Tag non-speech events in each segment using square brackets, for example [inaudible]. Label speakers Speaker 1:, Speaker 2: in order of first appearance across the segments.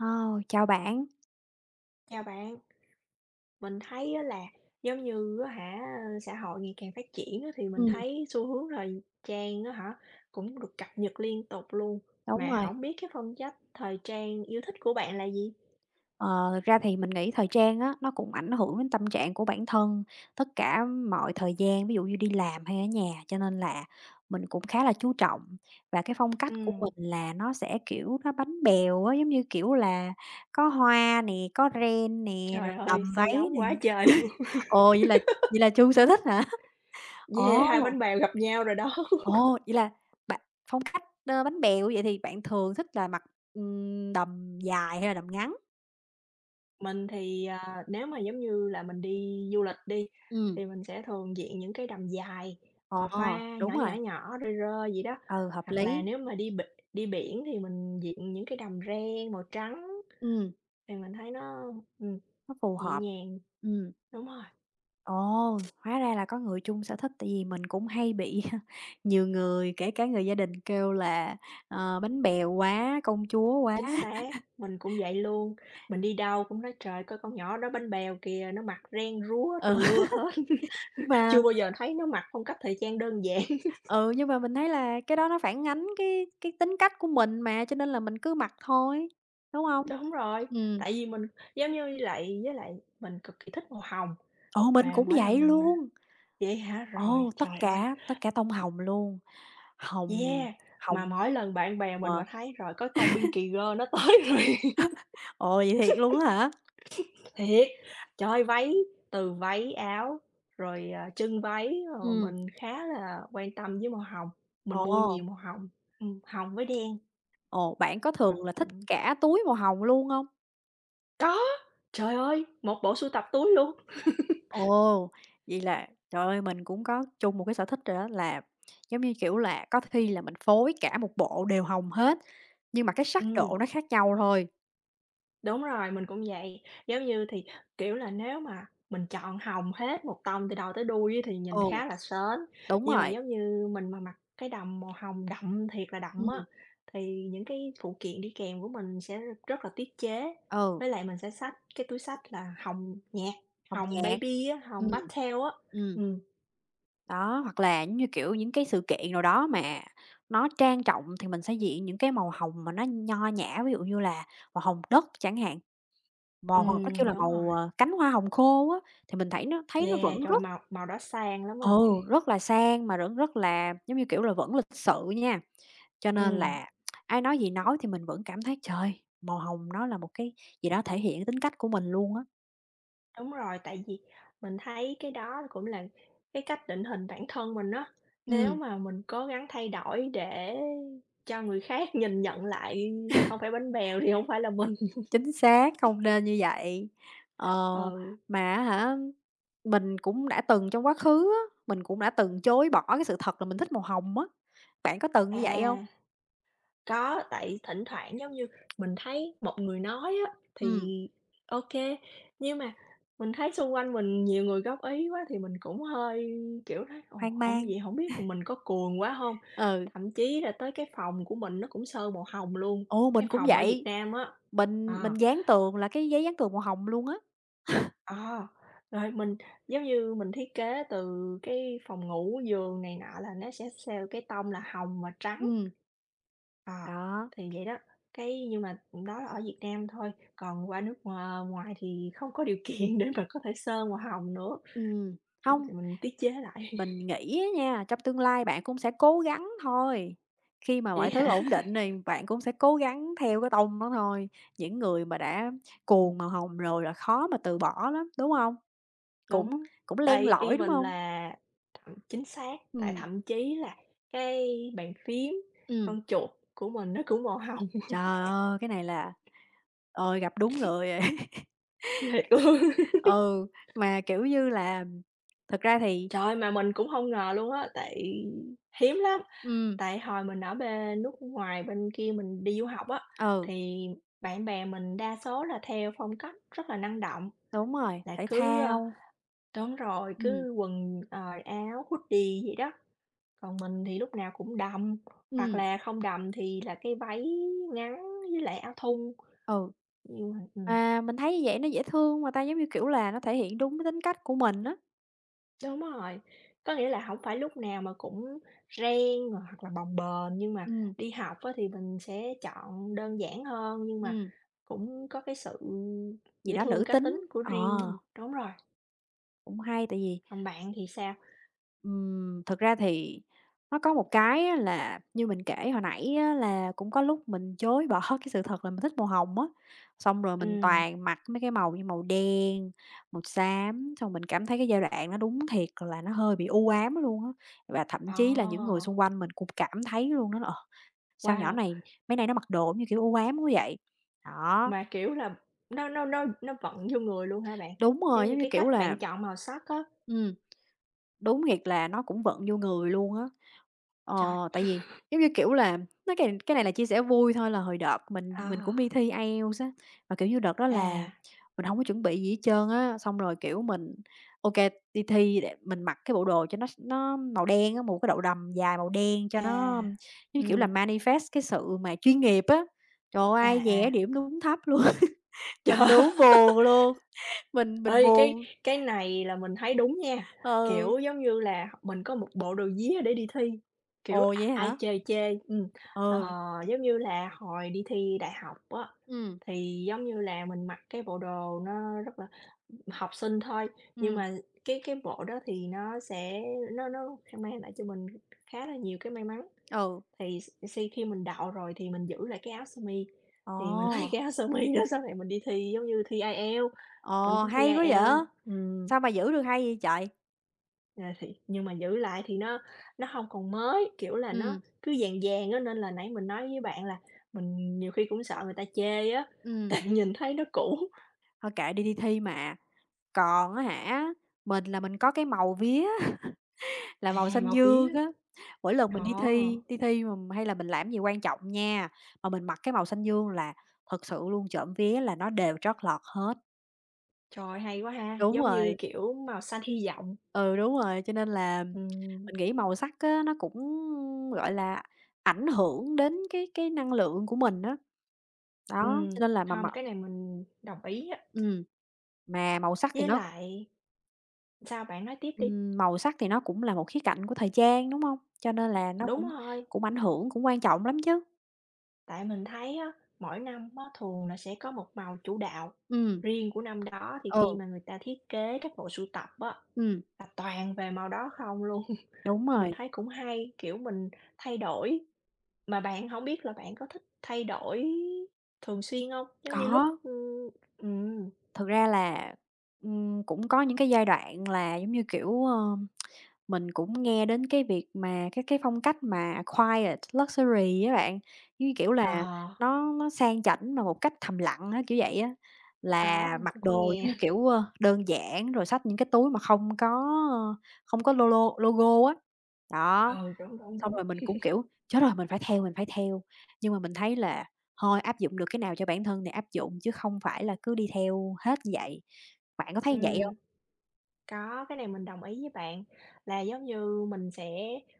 Speaker 1: Ờ, Chào bạn.
Speaker 2: Chào bạn, mình thấy á là giống như á hả, xã hội ngày càng phát triển á thì mình
Speaker 1: Ừm,
Speaker 2: thấy xu hướng thời trang á hả, cũng được cập nhật liên tục luôn.
Speaker 1: đúng
Speaker 2: Mà
Speaker 1: rồi.
Speaker 2: không biết cái phong cách thời trang yêu thích của bạn là gì?
Speaker 1: Ờ, Thực ra thì mình nghĩ thời trang á, nó cũng ảnh hưởng đến tâm trạng của bản thân, tất cả mọi thời gian, ví dụ như đi làm hay ở nhà, cho nên là mình cũng khá là chú trọng. Và cái phong cách của
Speaker 2: Ừm,
Speaker 1: mình là nó sẽ, kiểu, nó bánh bèo á, giống như, kiểu là, có hoa nè, có ren nè,
Speaker 2: trời
Speaker 1: rồi đầm
Speaker 2: ơi, sao
Speaker 1: váy
Speaker 2: giống
Speaker 1: nè.
Speaker 2: quá trời luôn.
Speaker 1: [laughs]
Speaker 2: [laughs]
Speaker 1: Ồ, vậy là chu sở thích hả?
Speaker 2: Yeah,
Speaker 1: Ồ!
Speaker 2: hai bánh bèo gặp nhau rồi đó.
Speaker 1: Ồ, vậy là bạn phong cách, ơ, bánh bèo vậy thì bạn thường thích là mặc, đầm dài hay là đầm ngắn?
Speaker 2: Mình thì, à, nếu mà giống như là mình đi du lịch đi,
Speaker 1: Ừm.
Speaker 2: thì mình sẽ thường diện những cái đầm dài
Speaker 1: Ờ,
Speaker 2: mà hoa
Speaker 1: đúng
Speaker 2: nhỏ, nhỏ,
Speaker 1: rồi,
Speaker 2: nhỏ, rơi rơi vậy đó.
Speaker 1: ừ, hợp
Speaker 2: Hoặc là
Speaker 1: lý,
Speaker 2: nếu mà đi biển thì mình diện những cái đầm ren màu trắng
Speaker 1: ừm,
Speaker 2: thì mình thấy nó, ừm,
Speaker 1: nó phù
Speaker 2: nhẹ
Speaker 1: hợp.
Speaker 2: nhàng.
Speaker 1: Ừm,
Speaker 2: Đúng rồi,
Speaker 1: ồ, hóa ra là có người chung sở thích, tại vì mình cũng hay bị [laughs] nhiều người, kể cả người gia đình kêu là, ờ, bánh bèo quá, công chúa quá.
Speaker 2: chính
Speaker 1: [laughs]
Speaker 2: xác, mình cũng vậy luôn. Mình đi đâu cũng nói: "Trời, coi con nhỏ đó bánh bèo kìa, nó mặc ren rúa
Speaker 1: Ừ,
Speaker 2: tùa lưa hết."
Speaker 1: nhưng
Speaker 2: [laughs]
Speaker 1: mà
Speaker 2: Chưa bao giờ thấy nó mặc phong cách thời trang đơn giản.
Speaker 1: ừ, nhưng mà mình thấy là cái đó nó phản ánh cái tính cách của mình mà, cho nên là mình cứ mặc thôi, đúng không?
Speaker 2: Đúng rồi,
Speaker 1: Ừm.
Speaker 2: tại vì mình giống như lại với lại mình cực kỳ thích màu hồng,
Speaker 1: Ồ, mình
Speaker 2: mà
Speaker 1: cũng
Speaker 2: mỗi
Speaker 1: vậy
Speaker 2: lần
Speaker 1: luôn.
Speaker 2: vậy hả? Rồi,
Speaker 1: Ồ,
Speaker 2: trời ơi,
Speaker 1: tất cả tông hồng luôn, hồng
Speaker 2: yeah! Mà
Speaker 1: hồng
Speaker 2: mỗi lần bạn bè
Speaker 1: mà.
Speaker 2: mình mà thấy rồi có con Pinky Girl nó tới [laughs] rồi
Speaker 1: Ồ, vậy thiệt luôn á hả?
Speaker 2: thiệt, trời ơi, váy từ váy áo, rồi, à, chân váy, rồi
Speaker 1: Ừm,
Speaker 2: mình khá là quan tâm với màu hồng, mình
Speaker 1: ồ,
Speaker 2: mua nhiều màu hồng, hồng với đen,
Speaker 1: ồ, bạn có
Speaker 2: rồi,
Speaker 1: thường là thích cả túi màu hồng luôn hông?
Speaker 2: có, trời ơi, một bộ sưu tập túi luôn,
Speaker 1: Ồ, vậy là trời ơi, mình cũng có chung một cái sở thích rồi đó là, giống như, kiểu là, có khi là mình phối cả một bộ đều hồng hết, nhưng mà cái sắc
Speaker 2: ừm.
Speaker 1: độ nó khác nhau thôi.
Speaker 2: Đúng rồi, mình cũng vậy. Giống như thì, kiểu là, nếu mà mình chọn hồng hết một tông từ đầu tới đuôi á thì nhìn
Speaker 1: Ừ,
Speaker 2: khá là sến,
Speaker 1: đúng
Speaker 2: nhưng mà
Speaker 1: rồi,
Speaker 2: giống như mình mà mặc cái đầm màu hồng đậm thiệt là đậm
Speaker 1: ừm,
Speaker 2: á, thì những cái phụ kiện đi kèm của mình sẽ rất là tiết chế.
Speaker 1: ừ,
Speaker 2: Với lại mình sẽ xách cái túi xách là hồng nhạt,
Speaker 1: hồng
Speaker 2: hồng
Speaker 1: nhạt.
Speaker 2: baby á,
Speaker 1: Ừm,
Speaker 2: hồng pastel á.
Speaker 1: ừm.
Speaker 2: Ừ,
Speaker 1: Đó, hoặc là giống như, kiểu, những cái sự kiện nào đó mà nó trang trọng thì mình sẽ diện những cái màu hồng mà nó nho nhã, ví dụ như là màu hồng đất chẳng hạn, màu hồng nó kêu là
Speaker 2: đúng rồi.
Speaker 1: màu, ờ, cánh hoa hồng khô á, thì mình thấy nó
Speaker 2: Yeah,
Speaker 1: vẫn
Speaker 2: trời,
Speaker 1: rất
Speaker 2: màu màu đó sang lắm à.
Speaker 1: ừ, rất là sang mà vẫn rất là, giống như kiểu là, vẫn lịch sự nha. Cho
Speaker 2: Ừ.
Speaker 1: nên là ai nói gì nói thì mình vẫn cảm thấy, trời, màu hồng nó là một cái gì đó thể hiện tính cách của mình luôn á.
Speaker 2: Đúng rồi, tại vì mình thấy cái đó cũng là cái cách định hình bản thân mình á. Nếu
Speaker 1: Ừm.
Speaker 2: mà mình cố gắng thay đổi để cho người khác nhìn nhận lại là không phải bánh bèo thì không phải là mình.
Speaker 1: Chính xác, không nên như vậy. Ờ,
Speaker 2: Ừ,
Speaker 1: mà á hả, mình cũng đã từng trong quá khứ á, mình cũng đã từng chối bỏ cái sự thật là mình thích màu hồng á. Bạn có từng như vậy hông?
Speaker 2: à. Có, tại thỉnh thoảng, giống như, mình thấy một người nói á
Speaker 1: Ừm,
Speaker 2: thì ok nhưng mà mình thấy xung quanh mình nhiều người góp ý quá thì mình cũng hơi, kiểu, thấy "Ồ,
Speaker 1: hoang
Speaker 2: hổng
Speaker 1: mang,
Speaker 2: vậy hổng biết là mình có cuồng quá không?
Speaker 1: ừ,
Speaker 2: Thậm chí là tới cái phòng của mình nó cũng sơn màu hồng luôn,
Speaker 1: ồ,
Speaker 2: cái
Speaker 1: mình cũng
Speaker 2: phòng ở Việt
Speaker 1: vậy,
Speaker 2: Nam á.
Speaker 1: mình
Speaker 2: Ờ,
Speaker 1: mình dán tường là cái giấy dán tường màu hồng luôn á.
Speaker 2: ờ, rồi mình giống như mình thiết kế từ cái phòng ngủ, giường này nọ là nó sẽ theo cái tông là hồng và trắng.
Speaker 1: Ừm,
Speaker 2: À,
Speaker 1: đó,
Speaker 2: thì vậy đó, cái nhưng mà đó là ở Việt Nam thôi, còn qua nước ngoài thì không có điều [laughs] kiện để mà có thể sơn màu hồng nữa,
Speaker 1: ừm, hông.
Speaker 2: thì mình tiết chế lại.
Speaker 1: Mình nghĩ á nha, trong tương lai bạn cũng sẽ cố gắng thôi, khi
Speaker 2: [laughs]
Speaker 1: mà
Speaker 2: Vậy
Speaker 1: mọi thứ
Speaker 2: hả?
Speaker 1: ổn định thì bạn cũng sẽ cố gắng theo cái tông đó thôi. Những người mà đã cuồng màu hồng rồi là khó mà từ bỏ lắm, đúng không? Cũng
Speaker 2: Đúng,
Speaker 1: cũng len
Speaker 2: tại
Speaker 1: lỏi, đúng
Speaker 2: even
Speaker 1: không?
Speaker 2: là thậm chính xác, tại
Speaker 1: Ừ,
Speaker 2: thậm chí là cái bàn phím,
Speaker 1: ừ,
Speaker 2: con chuột của mình nó cũng màu hồng,
Speaker 1: trời ơi, cái này là, ôi, gặp đúng người rồi. [laughs]
Speaker 2: [laughs] thiệt luôn.
Speaker 1: Ừ, mà, kiểu như là, thực ra thì
Speaker 2: Trời, ơi, mà mình cũng hông ngờ luôn á, tại hiếm lắm.
Speaker 1: ừ,
Speaker 2: Tại hồi mình ở bên nước ngoài bên kia mình đi du học á,
Speaker 1: ừ,
Speaker 2: thì bạn bè mình đa số là theo phong cách rất là năng động,
Speaker 1: đúng rồi,
Speaker 2: là
Speaker 1: thể
Speaker 2: cứ, ơ
Speaker 1: thao,
Speaker 2: đúng rồi,
Speaker 1: ừ,
Speaker 2: cứ quần, áo hoodie vậy đó. Còn mình thì lúc nào cũng đầm, hoặc
Speaker 1: ừ.
Speaker 2: là không đầm thì là cái váy ngắn với lại áo thun,
Speaker 1: Ừ.
Speaker 2: nhưng mà.
Speaker 1: Mà mình thấy như vậy nó dễ thương mà ta, giống như, kiểu là, nó thể hiện đúng cái tính cách của mình á.
Speaker 2: Đúng rồi, có nghĩa là hổng phải lúc nào mà cũng reng rồi hoặc là bồng bềnh, nhưng mà
Speaker 1: Ừm,
Speaker 2: đi học á thì mình sẽ chọn đơn giản hơn, nhưng mà
Speaker 1: ừm,
Speaker 2: cũng có cái sự
Speaker 1: gì
Speaker 2: dễ
Speaker 1: đó
Speaker 2: thương
Speaker 1: nữ
Speaker 2: cá
Speaker 1: tính.
Speaker 2: tính của
Speaker 1: Ờ,
Speaker 2: riêng mình. Đúng rồi,
Speaker 1: cũng hay, tại vì,
Speaker 2: còn bạn thì sao?
Speaker 1: thực ra thì nó có một cái á là như mình kể hồi nãy á là cũng có lúc mình chối bỏ [laughs] cái sự thật là mình thích màu hồng á, xong rồi mình
Speaker 2: Ừm,
Speaker 1: toàn mặc mấy cái màu như màu đen, màu xám, xong mình cảm thấy cái giai đoạn nó đúng thiệt là nó hơi bị u ám luôn á, và thậm chí là những người
Speaker 2: ồ,
Speaker 1: xung quanh mình cũng cảm thấy luôn đó. Ờ. "Sao nhỏ
Speaker 2: wow!
Speaker 1: này mấy nay nó mặc đồ giống như kiểu u ám quá vậy?" Đó,
Speaker 2: Mà, kiểu là, nó vận vô người luôn hả bạn?
Speaker 1: đúng
Speaker 2: Giống
Speaker 1: rồi,
Speaker 2: như
Speaker 1: giống như
Speaker 2: cái
Speaker 1: kiểu
Speaker 2: cách bạn
Speaker 1: là
Speaker 2: chọn màu sắc á.
Speaker 1: ừm. Đúng thiệt là nó cũng vận vô người luôn á.
Speaker 2: Trời,
Speaker 1: Tại vì, giống như, kiểu là, nói cái này là chia sẻ vui thôi là hồi đợt mình
Speaker 2: ờ,
Speaker 1: cũng đi thi IELTS á, mà, kiểu như, đợt đó là
Speaker 2: à,
Speaker 1: mình hông có chuẩn bị gì hết trơn á, xong rồi, kiểu, mình ô kê, đi thi để mình mặc cái bộ đồ cho nó s nó màu đen á, một cái đđộ đầm dài màu đen cho
Speaker 2: à,
Speaker 1: nó, giống như, kiểu là,
Speaker 2: ừm,
Speaker 1: manifest cái sự mà chuyên nghiệp á. Trời ơi,
Speaker 2: à,
Speaker 1: ai dè
Speaker 2: à.
Speaker 1: điểm đúng thấp luôn, [laughs] mình
Speaker 2: Trời!
Speaker 1: đúng buồn luôn, mình
Speaker 2: Ơi
Speaker 1: buồn.
Speaker 2: cái này là mình thấy đúng nha,
Speaker 1: Ừ.
Speaker 2: kiểu, giống như là, mình có một bộ đồ vía để đi thi, kiểu,
Speaker 1: Ồ, vậy
Speaker 2: a ai
Speaker 1: hả?
Speaker 2: chê chê. Ờ,
Speaker 1: Ừ,
Speaker 2: giống như là hồi đi thi đại học á,
Speaker 1: ừm,
Speaker 2: thì, giống như là, mình mặc cái bộ đồ nó rất là học sinh thôi, nhưng
Speaker 1: ừm.
Speaker 2: mà cái bộ đó thì nó sẽ nó mang lại cho mình khá là nhiều cái may mắn.
Speaker 1: Ừ,
Speaker 2: Thì s si khi mình đậu rồi thì mình giữ lại cái áo sơ mi, thì mình [laughs] lấy
Speaker 1: ồ,
Speaker 2: cái áo sơ mi đó sau này mình đi thi giống như thi IELTS, mình
Speaker 1: ồ,
Speaker 2: cũng thi
Speaker 1: hay quá vậy!
Speaker 2: IELTS,
Speaker 1: Sao mà giữ được hay vậy trời?
Speaker 2: rồi thì nhưng mà giữ lại thì nó hông còn mới, kiểu là, nó
Speaker 1: Ừ,
Speaker 2: cứ vàng vàng á, nên là nãy mình nói với bạn là mình nhiều khi cũng sợ người ta chê á, [laughs]
Speaker 1: ừ.
Speaker 2: tại nhìn thấy nó cũ.
Speaker 1: Thôi kệ đi, đi thi mà. Còn á hả, mình là mình có cái màu vía [laughs] là màu
Speaker 2: À,
Speaker 1: xanh
Speaker 2: màu
Speaker 1: dương
Speaker 2: vía,
Speaker 1: á, mỗi lần
Speaker 2: ờ,
Speaker 1: mình đi thi mà hay là mình làm gì quan trọng nha, mà mình mặc cái màu xanh dương là thật sự luôn, trộm vía là nó đều trót lọt hết.
Speaker 2: trời ơi, hay quá ha,
Speaker 1: Đúng
Speaker 2: giống như,
Speaker 1: rồi,
Speaker 2: kiểu, màu xanh hy vọng.
Speaker 1: ừ, đúng rồi, cho nên là
Speaker 2: Ừm,
Speaker 1: mình nghĩ màu sắc á, nó cũng, gọi là, ảnh hưởng đến cái năng lượng của mình á, đó, cho nên là mà
Speaker 2: hông,
Speaker 1: mặc
Speaker 2: cái này mình đồng ý á.
Speaker 1: ừ. Mà màu sắc thì
Speaker 2: Với
Speaker 1: nó
Speaker 2: lại sao? Bạn nói tiếp đi.
Speaker 1: màu sắc thì nó cũng là một khía cạnh của thời trang, đúng hông? Cho nên là nó
Speaker 2: Đúng
Speaker 1: cũng
Speaker 2: rồi,
Speaker 1: cũng ảnh hưởng, cũng quan trọng lắm chứ.
Speaker 2: tại mình thấy á, mỗi năm á, thường là sẽ có một màu chủ đạo
Speaker 1: Ừm,
Speaker 2: riêng của năm đó thì
Speaker 1: ừ,
Speaker 2: khi mà người ta thiết kế các bộ sưu tập á,
Speaker 1: ừm,
Speaker 2: là toàn về màu đó không luôn. [laughs]
Speaker 1: đúng
Speaker 2: Mình
Speaker 1: rồi,
Speaker 2: thấy cũng hay, kiểu mình thay đổi. Mà bạn không biết là bạn có thích thay đổi thường xuyên không? Giống như lúc
Speaker 1: có.
Speaker 2: ừm,
Speaker 1: Thực ra là, cũng có những cái giai đoạn là, giống như, kiểu, ờ. Mình cũng nghe đến cái việc mà cái phong cách mà quiet luxury á bạn, như kiểu là,
Speaker 2: ờ,
Speaker 1: nó sang chảnh mà một cách thầm lặng á, kiểu vậy á.
Speaker 2: có,
Speaker 1: Là
Speaker 2: mình
Speaker 1: mặc
Speaker 2: cũng có
Speaker 1: đồ giống
Speaker 2: nghe.
Speaker 1: như
Speaker 2: [laughs]
Speaker 1: kiểu, ơ, đơn giản rồi xách những cái túi mà không có, ơ, không có logo logo á. Đó,
Speaker 2: Ừ, đúng, đúng,
Speaker 1: xong
Speaker 2: đúng.
Speaker 1: rồi mình cũng kiểu: "Chết rồi, mình phải theo, mình phải theo." Nhưng mà mình thấy là thôi áp dụng được cái nào cho bản thân thì áp dụng chứ không phải là cứ đi theo hết như vậy. Bạn có thấy như vậy không?
Speaker 2: Ừm. Có, cái này mình đồng ý với bạn, là giống như mình sẽ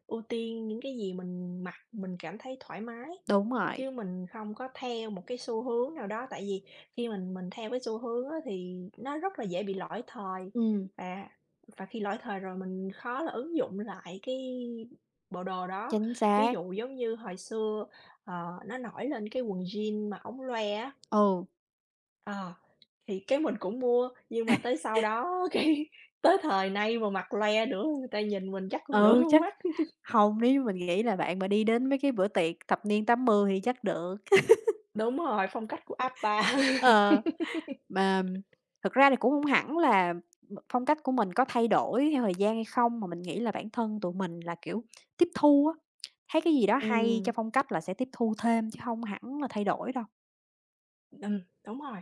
Speaker 2: ưu tiên những cái gì mình mặc mình cảm thấy thoải mái,
Speaker 1: Đúng rồi,
Speaker 2: chứ mình không có theo một cái xu hướng nào đó. Tại vì khi mình theo cái xu hướng á thì nó rất là dễ bị lỗi thời,
Speaker 1: ừm,
Speaker 2: và và khi lỗi thời rồi mình khó là ứng dụng lại cái bộ đồ đó.
Speaker 1: chính
Speaker 2: Ví
Speaker 1: xác,
Speaker 2: dụ giống như hồi xưa, ờ, nó nổi lên cái quần jean mà ống loe á.
Speaker 1: ừ.
Speaker 2: Ờ, thì cái mình cũng mua, nhưng mà tới sau đó [laughs] cái tới thời nay mà mặc loe nữa người ta nhìn mình chắc còn nửa
Speaker 1: Ừ,
Speaker 2: con
Speaker 1: chắc
Speaker 2: mắt.
Speaker 1: hông, nếu như mình nghĩ là bạn mà đi đến mấy cái bữa tiệc thập niên 80 thì chắc được.
Speaker 2: Đúng rồi, phong cách của appa. [laughs]
Speaker 1: Ờ, mà thực ra thì cũng hông hẳn là m phong cách của mình có thay đổi theo thời gian hay không, mà mình nghĩ là bản thân tụi mình là, kiểu, tiếp thu á, thấy cái gì đó hay
Speaker 2: Ừm,
Speaker 1: trong phong cách là sẽ tiếp thu thêm chứ hông hẳn là thay đổi đâu.
Speaker 2: đúng rồi.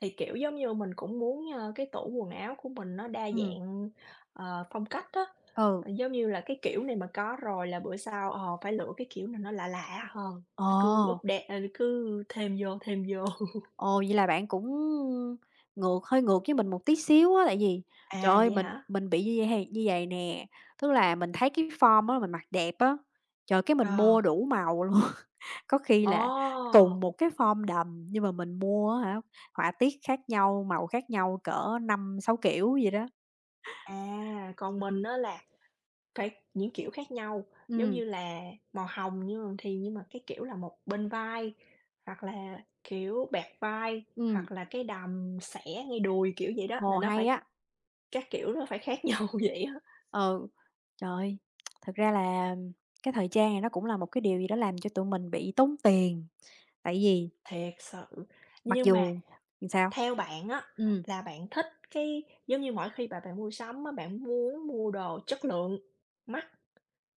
Speaker 2: Thì, kiểu, giống như mình cũng muốn, ơ, cái tủ quần áo của mình nó đa
Speaker 1: Ừm,
Speaker 2: dạng, ờ, phong cách đó
Speaker 1: ừ.
Speaker 2: ờ, giống như là cái kiểu này mà có rồi là bữa sau, ờ, phải lựa cái kiểu nào nó lạ lạ hơn, là cứ
Speaker 1: Ờ.
Speaker 2: update, ờ, cứ thêm vô, thêm vô. [laughs]
Speaker 1: Ồ, vậy là bạn cũng ngược hơi ngược với mình một tí xíu á, tại vì, trời
Speaker 2: À,
Speaker 1: ơi,
Speaker 2: vậy hả?
Speaker 1: mình bị như vậy nè, tức là mình thấy cái form á, mình mặc đẹp á, trời, cái mình
Speaker 2: Ờ,
Speaker 1: mua đủ màu luôn. [laughs] Có khi là cùng
Speaker 2: ồ!
Speaker 1: một cái form đầm nhưng mà mình mua á hả, họa tiết khác nhau, màu khác nhau cỡ 5 6 kiểu gì đó.
Speaker 2: À, còn mình á là phải những kiểu khác nhau, giống
Speaker 1: Ừ,
Speaker 2: như là màu hồng nhưng mà thì nhưng mà cái kiểu là một bên vai, hoặc là, kiểu, bẹt vai,
Speaker 1: ừ,
Speaker 2: hoặc là cái đầm xẻ ngay đùi, kiểu vậy đó,
Speaker 1: ồ,
Speaker 2: là nó phải
Speaker 1: hay á,
Speaker 2: các kiểu nó phải khác nhau [laughs] vậy á,
Speaker 1: ừ. Trời ơi, thật ra là cái thời trang này nó cũng là một cái điều gì đó làm cho tụi mình bị tốn tiền, tại vì
Speaker 2: thiệt sự.
Speaker 1: mặc
Speaker 2: Nhưng mà
Speaker 1: dù sao?
Speaker 2: theo bạn á,
Speaker 1: Ừm.
Speaker 2: là bạn thích cái giống như mỗi khi bà bạn mua sắm á, bạn muốn mua đồ chất lượng, mắc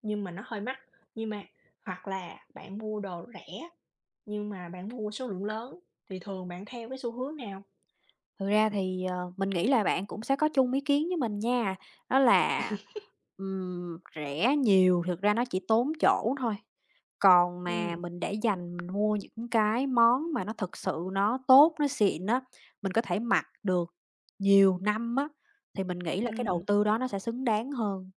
Speaker 2: nhưng mà nó hơi mắc, nhưng mà hoặc là bạn mua đồ rẻ nhưng mà bạn mua số lượng lớn thì thường bạn theo cái xu hướng nào?
Speaker 1: Thực ra thì, ờ, mình nghĩ là bạn cũng sẽ có chung ý kiến với mình nha, đó là, rẻ nhiều thực ra nó chỉ tốn chỗ thôi, còn mà
Speaker 2: Ừm,
Speaker 1: mình để dành mình mua những cái món mà nó thực sự nó tốt, nó xịn á, mình có thể mặc được nhiều năm á, thì mình nghĩ là cái đầu
Speaker 2: ừm.
Speaker 1: tư đó nó sẽ xứng đáng hơn.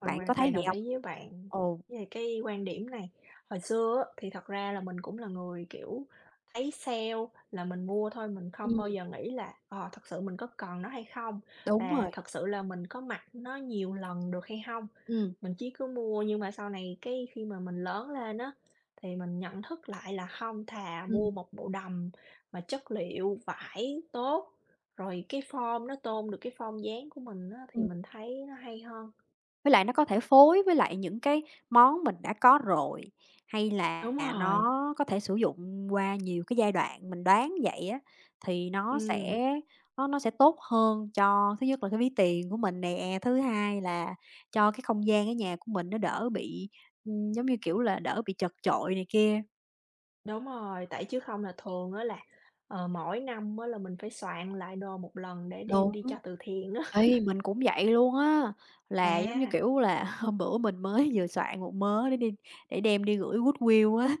Speaker 2: Mình
Speaker 1: Bạn
Speaker 2: hoàn
Speaker 1: có thấy
Speaker 2: toàn
Speaker 1: vậy
Speaker 2: đồng
Speaker 1: không?
Speaker 2: ý với bạn
Speaker 1: Ồ,
Speaker 2: về cái quan điểm này. Hồi xưa á, thì thật ra là mình cũng là người, kiểu, thấy sale là mình mua thôi, mình không bao
Speaker 1: ừm,
Speaker 2: giờ nghĩ là, ờ, thật sự mình có cần nó hay không?
Speaker 1: đúng
Speaker 2: Và
Speaker 1: rồi,
Speaker 2: thật sự là mình có mặc nó nhiều lần được hay không.
Speaker 1: ừm,
Speaker 2: Mình chỉ cứ mua nhưng mà sau này cái khi mà mình lớn lên á, thì mình nhận thức lại là không thà
Speaker 1: ừm.
Speaker 2: mua một bộ đầm mà chất liệu vải tốt, rồi cái form nó tôn được cái form dáng của mình á, thì mình thấy nó hay hơn.
Speaker 1: Với lại nó có thể phối với lại những cái món mình đã có rồi, hay là
Speaker 2: Đúng rồi,
Speaker 1: nó có thể sử dụng qua nhiều cái giai đoạn, mình đoán vậy á, thì nó
Speaker 2: ừm,
Speaker 1: sẽ nó sẽ tốt hơn cho thứ nhất là cái ví tiền của mình nè, thứ hai là cho cái không gian ở nhà của mình nó đỡ bị, giống như, kiểu là, đỡ bị chật chội này kia.
Speaker 2: đúng rồi, tại chứ không là thường á là, ờ, mỗi năm á là mình phải soạn lại đồ một lần để đem đi cho
Speaker 1: Đúng.
Speaker 2: từ thiện á. [laughs]
Speaker 1: Ê, mình cũng vậy luôn á, là, giống như,
Speaker 2: À,
Speaker 1: kiểu là, [laughs] hôm bữa mình mới vừa soạn một mớ để đi để đem đi gửi Goodwill á.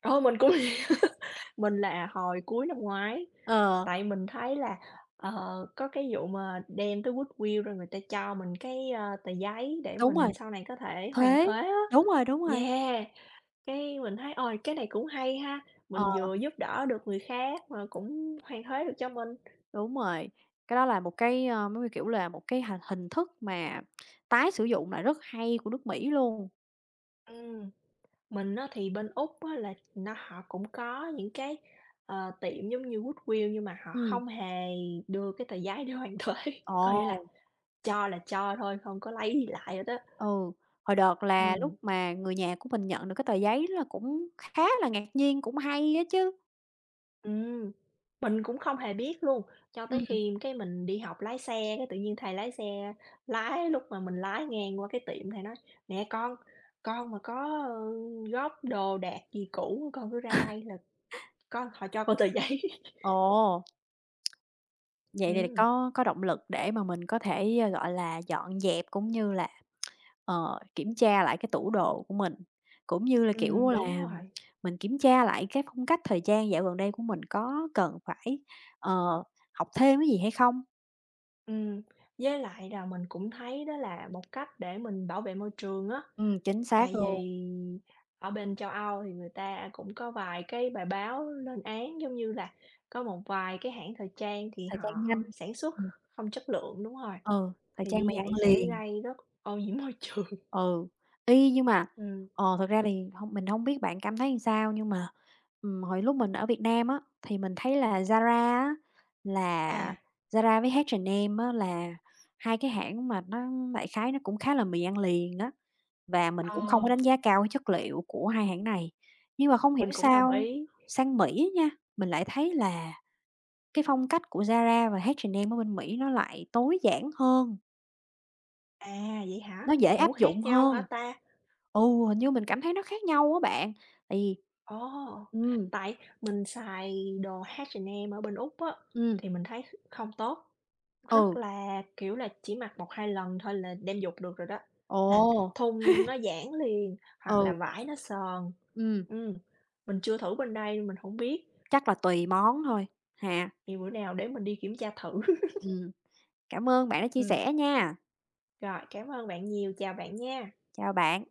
Speaker 2: ờ, mình cũng [laughs] mình là hồi cuối năm ngoái,
Speaker 1: Ờ,
Speaker 2: tại mình thấy là, ờ, có cái vụ mà đem tới Goodwill rồi người ta cho mình cái, ơ, tờ giấy để
Speaker 1: đúng
Speaker 2: mình
Speaker 1: rồi.
Speaker 2: sau này có thể hoàn
Speaker 1: Thuế,
Speaker 2: thuế á.
Speaker 1: đúng rồi, đúng rồi.
Speaker 2: Yeah, cái mình thấy, ôi, cái này cũng hay ha,
Speaker 1: Ờ,
Speaker 2: mình vừa giúp đỡ được người khác mà cũng hoàn thuế được cho mình.
Speaker 1: đúng rồi. Cái đó là một cái, ơ, giống như, kiểu là, một cái hình hình thức mà tái sử dụng lại rất hay của nước Mỹ luôn.
Speaker 2: Ừm. Mình á thì bên Úc á là nó họ cũng có những cái, ờ, tiệm giống như Goodwill nhưng mà họ
Speaker 1: Ừm.
Speaker 2: không hề đưa cái tờ giấy để hoàn thuế, [laughs] có nghĩa
Speaker 1: Ồ,
Speaker 2: là cho thôi, không có lấy gì lại hết á.
Speaker 1: ừ, hồi đợt là lúc
Speaker 2: Ừm,
Speaker 1: mà người nhà của mình nhận được cái tờ giấy là cũng khá là ngạc nhiên, cũng hay á chứ.
Speaker 2: ừm, mình cũng không hề biết luôn, cho tới
Speaker 1: Ừm.
Speaker 2: khi cái mình đi học lái xe, cái tự nhiên thầy lái xe lái lúc mà mình lái ngang qua cái tiệm thầy nói: "Nè con mà có, ơ, góp đồ đạc gì cũ con cứ ra đây là con họ cho con tờ giấy." [laughs]
Speaker 1: Ồ, vậy thì
Speaker 2: Ừm.
Speaker 1: có động lực để mà mình có thể, ờ, gọi là, dọn dẹp cũng như là ờ, kiểm tra lại cái tủ đồ của mình, cũng như là, kiểu
Speaker 2: Đúng
Speaker 1: là,
Speaker 2: rồi.
Speaker 1: mình kiểm tra lại cái phong cách thời trang dạo gần đây của mình có cần phải, ờ, học thêm cái gì hay không?
Speaker 2: Ừm, với lại là mình cũng thấy đó là một cách để mình bảo vệ môi trường á,
Speaker 1: Chính
Speaker 2: tại
Speaker 1: xác luôn,
Speaker 2: vì ở bên châu Âu thì người ta cũng có vài cái bài báo lên án, giống như là có một vài cái hãng thời trang thì
Speaker 1: thời
Speaker 2: họ
Speaker 1: trang nhanh.
Speaker 2: sản xuất
Speaker 1: Ừm,
Speaker 2: không chất lượng đúng rồi,
Speaker 1: ừ, thời
Speaker 2: thì
Speaker 1: trang
Speaker 2: như
Speaker 1: mày ăn
Speaker 2: vậy sẽ
Speaker 1: liền.
Speaker 2: gây rất ô nhiễm [laughs] môi trường.
Speaker 1: Ừ, y nhưng mà
Speaker 2: Ừm.
Speaker 1: ờ, thực ra thì hông mình không biết bạn cảm thấy làm sao nhưng mà, hồi lúc mình ở Việt Nam á, thì mình thấy là Zara á, là
Speaker 2: À.
Speaker 1: Zara với H&M á, là hai cái hãng mà nó đại khái nó cũng khá là mì ăn liền đó, và mình cũng không
Speaker 2: Ờ,
Speaker 1: có đánh giá cao cái chất liệu của hai hãng này. Nhưng mà không hiểu
Speaker 2: mình cũng đồng
Speaker 1: sao
Speaker 2: ý.
Speaker 1: sang Mỹ nha, mình lại thấy là cái phong cách của Zara và H&M ở bên Mỹ nó lại tối giản hơn,
Speaker 2: À, vậy hả?
Speaker 1: nó dễ
Speaker 2: Ủa,
Speaker 1: áp
Speaker 2: khác
Speaker 1: dụng
Speaker 2: nhau
Speaker 1: hơn.
Speaker 2: hả ta?
Speaker 1: Ừ, hình như mình cảm thấy nó khác nhau á bạn, tại vì
Speaker 2: Ồ!
Speaker 1: ừm,
Speaker 2: Tại mình xài đồ H&M ở bên Úc á,
Speaker 1: ừm,
Speaker 2: thì mình thấy không tốt, rất
Speaker 1: ừ,
Speaker 2: là, kiểu là, chỉ mặc một hai lần thôi là đem giục được rồi đó, là
Speaker 1: ồ,
Speaker 2: thun nó giãn liền, hoặc là
Speaker 1: ừ,
Speaker 2: vải nó sờn.
Speaker 1: ừm,
Speaker 2: Ừm, mình chưa thử bên đây nên mình không biết,
Speaker 1: chắc là tùy món thôi ha.
Speaker 2: thì bữa nào để mình đi kiểm tra thử. [laughs]
Speaker 1: Ừm, cảm ơn bạn đã chia
Speaker 2: Ừm,
Speaker 1: sẻ nha.
Speaker 2: rồi, cảm ơn bạn nhiều, chào bạn nha.
Speaker 1: Chào bạn.